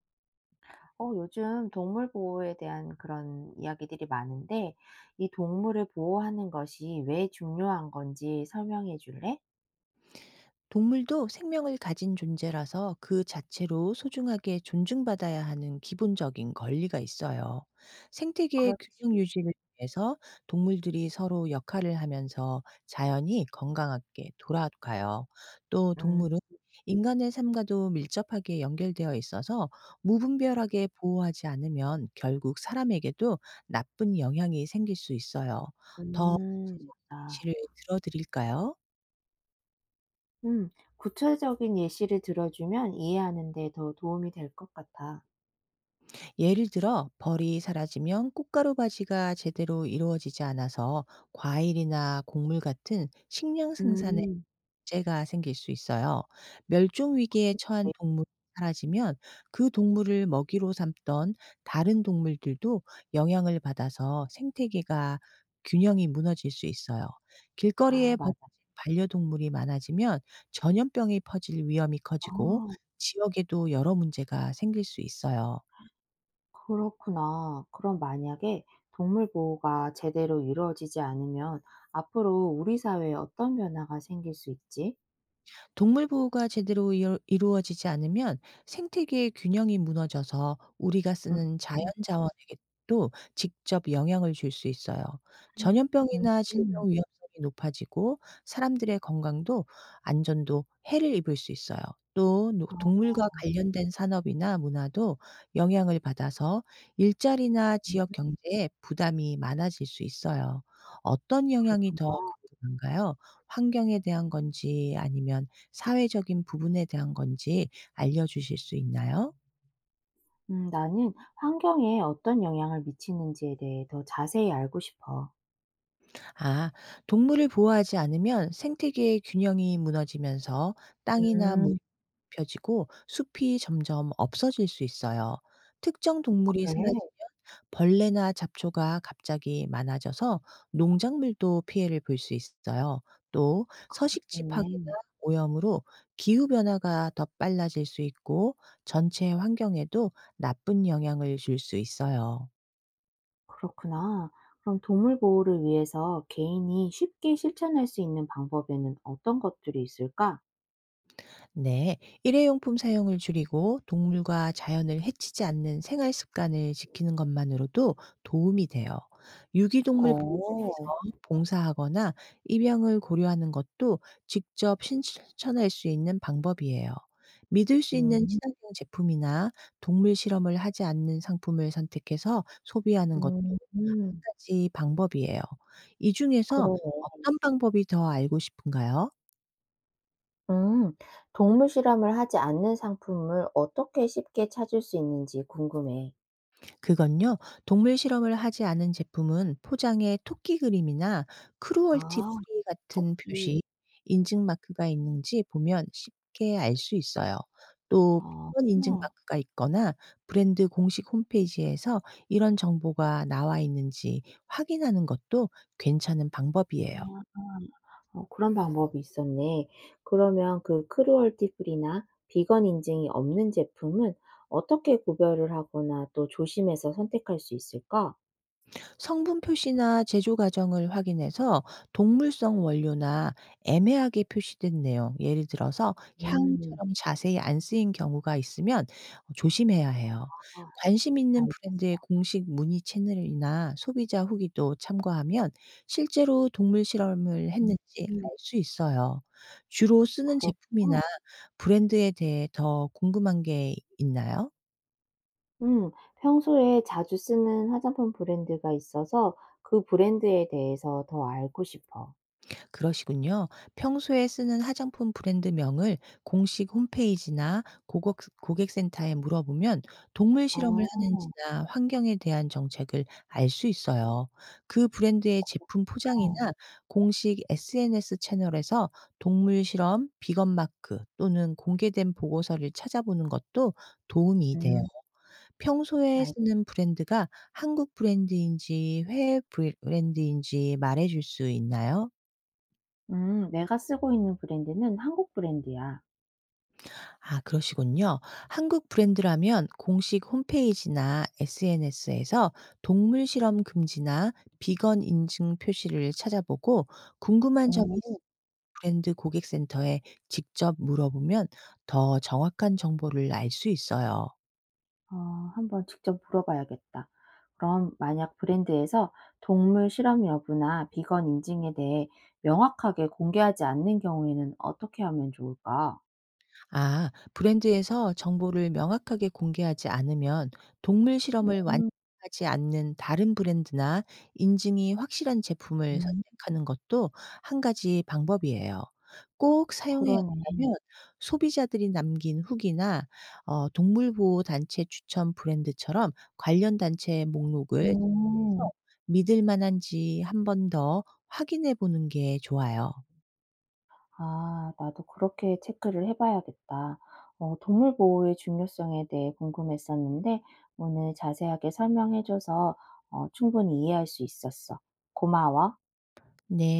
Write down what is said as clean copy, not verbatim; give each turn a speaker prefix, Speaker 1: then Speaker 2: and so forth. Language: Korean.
Speaker 1: 요즘 동물 보호에 대한 그런 이야기들이 많은데, 이 동물을 보호하는 것이 왜 중요한 건지 설명해 줄래?
Speaker 2: 동물도 생명을 가진 존재라서 그 자체로 소중하게 존중받아야 하는 기본적인 권리가 있어요. 생태계의 균형
Speaker 1: 그렇지.
Speaker 2: 유지를 위해서 동물들이 서로 역할을 하면서 자연이 건강하게 돌아가요. 또
Speaker 1: 음,
Speaker 2: 동물은 인간의 삶과도 밀접하게 연결되어 있어서 무분별하게 보호하지 않으면 결국 사람에게도 나쁜 영향이 생길 수 있어요. 더
Speaker 1: 음,
Speaker 2: 구체적인
Speaker 1: 맞아.
Speaker 2: 예시를 들어드릴까요?
Speaker 1: 음, 구체적인 예시를 들어주면 이해하는 데 더 도움이 될 것 같아.
Speaker 2: 예를 들어 벌이 사라지면 꽃가루 바지가 제대로 이루어지지 않아서 과일이나 곡물 같은 식량 생산에
Speaker 1: 음,
Speaker 2: 문제가 생길 수 있어요. 멸종 위기에 처한
Speaker 1: 그렇지.
Speaker 2: 동물이 사라지면 그 동물을 먹이로 삼던 다른 동물들도 영향을 받아서 생태계가 균형이 무너질 수 있어요. 길거리에
Speaker 1: 아,
Speaker 2: 버려진
Speaker 1: 맞아.
Speaker 2: 반려동물이 많아지면 전염병이 퍼질 위험이
Speaker 1: 아,
Speaker 2: 커지고 지역에도 여러 문제가 생길 수 있어요.
Speaker 1: 그렇구나. 그럼 만약에 동물 보호가 제대로 이루어지지 않으면 앞으로 우리 사회에 어떤 변화가 생길 수 있지?
Speaker 2: 동물 보호가 제대로 이루어지지 않으면 생태계의 균형이 무너져서 우리가 쓰는 자연
Speaker 1: 음.
Speaker 2: 자원에게도 직접 영향을 줄 수 있어요.
Speaker 1: 음.
Speaker 2: 전염병이나
Speaker 1: 음.
Speaker 2: 질병 위험성이 높아지고 사람들의 건강도 안전도 해를 입을 수 있어요. 또 노 동물과 관련된 산업이나 문화도 영향을 받아서 일자리나 지역 경제에 부담이 많아질 수 있어요. 어떤 영향이 더
Speaker 1: 그렇구나.
Speaker 2: 궁금한가요? 환경에 대한 건지 아니면 사회적인 부분에 대한 건지 알려 주실 수 있나요?
Speaker 1: 나는 환경에 어떤 영향을 미치는지에 대해 더 자세히 알고 싶어.
Speaker 2: 아, 동물을 보호하지 않으면 생태계의 균형이 무너지면서 땅이나 물이
Speaker 1: 음
Speaker 2: 펴지고 숲이 점점 없어질 수 있어요. 특정 동물이 사라지면
Speaker 1: 그래?
Speaker 2: 벌레나 잡초가 갑자기 많아져서 농작물도 피해를 볼 수 있어요. 또 서식지 파괴나
Speaker 1: 그렇겠네.
Speaker 2: 오염으로 기후 변화가 더 빨라질 수 있고 전체 환경에도 나쁜 영향을 줄 수 있어요.
Speaker 1: 그렇구나. 그럼 동물 보호를 위해서 개인이 쉽게 실천할 수 있는 방법에는 어떤 것들이 있을까?
Speaker 2: 네, 일회용품 사용을 줄이고 동물과 자연을 해치지 않는 생활 습관을 지키는 것만으로도 도움이 돼요. 유기동물
Speaker 1: 어.
Speaker 2: 보호소에서 봉사하거나 입양을 고려하는 것도 직접 신천할 수 있는 방법이에요. 믿을 수 있는
Speaker 1: 음.
Speaker 2: 친환경 제품이나 동물 실험을 하지 않는 상품을 선택해서 소비하는 것도
Speaker 1: 음.
Speaker 2: 한
Speaker 1: 음.
Speaker 2: 가지 방법이에요. 이 중에서
Speaker 1: 그러네.
Speaker 2: 어떤 방법이 더 알고 싶은가요?
Speaker 1: 음. 동물 실험을 하지 않는 상품을 어떻게 쉽게 찾을 수 있는지 궁금해.
Speaker 2: 그건요, 동물 실험을 하지 않은 제품은 포장에 토끼 그림이나 크루얼티
Speaker 1: 아.
Speaker 2: 프리 같은
Speaker 1: 이.
Speaker 2: 표시, 인증 마크가 있는지 보면 쉽게 알 수 있어요. 또
Speaker 1: 어.
Speaker 2: 비건 인증
Speaker 1: 어.
Speaker 2: 마크가 있거나 브랜드 공식 홈페이지에서 이런 정보가 나와 있는지 확인하는 것도 괜찮은 방법이에요.
Speaker 1: 어, 그런 방법이 있었네. 그러면 그 크루얼티 프리나 비건 인증이 없는 제품은 어떻게 구별을 하거나 또 조심해서 선택할 수 있을까?
Speaker 2: 성분 표시나 제조 과정을 확인해서 동물성 원료나 애매하게 표시된 내용, 예를 들어서
Speaker 1: 음.
Speaker 2: 향처럼 자세히 안 쓰인 경우가 있으면 조심해야 해요.
Speaker 1: 아,
Speaker 2: 관심 있는
Speaker 1: 알겠어.
Speaker 2: 브랜드의 공식 문의 채널이나 소비자 후기도 참고하면 실제로 동물 실험을
Speaker 1: 음.
Speaker 2: 했는지 알
Speaker 1: 음,
Speaker 2: 수 있어요. 주로 쓰는 제품이나
Speaker 1: 그렇구나.
Speaker 2: 브랜드에 대해 더 궁금한 게 있나요?
Speaker 1: 음 평소에 자주 쓰는 화장품 브랜드가 있어서 그 브랜드에 대해서 더 알고 싶어.
Speaker 2: 그러시군요. 평소에 쓰는 화장품 브랜드명을 공식 홈페이지나 고객센터에 물어보면 동물 실험을
Speaker 1: 어.
Speaker 2: 하는지나 환경에 대한 정책을 알 수 있어요. 그 브랜드의 제품 포장이나 공식 SNS 채널에서 동물 실험, 비건 마크 또는 공개된 보고서를 찾아보는 것도 도움이 돼요.
Speaker 1: 음
Speaker 2: 평소에
Speaker 1: 알
Speaker 2: 쓰는 브랜드가 한국 브랜드인지 해외 브랜드인지 말해줄 수 있나요?
Speaker 1: 내가 쓰고 있는 브랜드는 한국 브랜드야.
Speaker 2: 아, 그러시군요. 한국 브랜드라면 공식 홈페이지나 SNS에서 동물 실험 금지나 비건 인증 표시를 찾아보고 궁금한 점이
Speaker 1: 어.
Speaker 2: 있으면 브랜드 고객센터에 직접 물어보면 더 정확한 정보를 알 수 있어요.
Speaker 1: 어, 한번 직접 물어봐야겠다. 그럼 만약 브랜드에서 동물 실험 여부나 비건 인증에 대해 명확하게 공개하지 않는 경우에는 어떻게 하면 좋을까?
Speaker 2: 아, 브랜드에서 정보를 명확하게 공개하지 않으면 동물 실험을
Speaker 1: 음.
Speaker 2: 완하지 않는 다른 브랜드나 인증이 확실한 제품을
Speaker 1: 음,
Speaker 2: 선택하는 것도 한 가지 방법이에요. 꼭 사용해야
Speaker 1: 그러네.
Speaker 2: 한다면 소비자들이 남긴 후기나 동물보호단체 추천 브랜드처럼 관련 단체의 목록을
Speaker 1: 음.
Speaker 2: 참고해서 믿을 만한지 한번 더 확인해 보는 게 좋아요.
Speaker 1: 아, 나도 그렇게 체크를 해 봐야겠다. 어, 동물 보호의 중요성에 대해 궁금했었는데 오늘 자세하게 설명해 줘서 어, 충분히 이해할 수 있었어. 고마워.
Speaker 2: 네.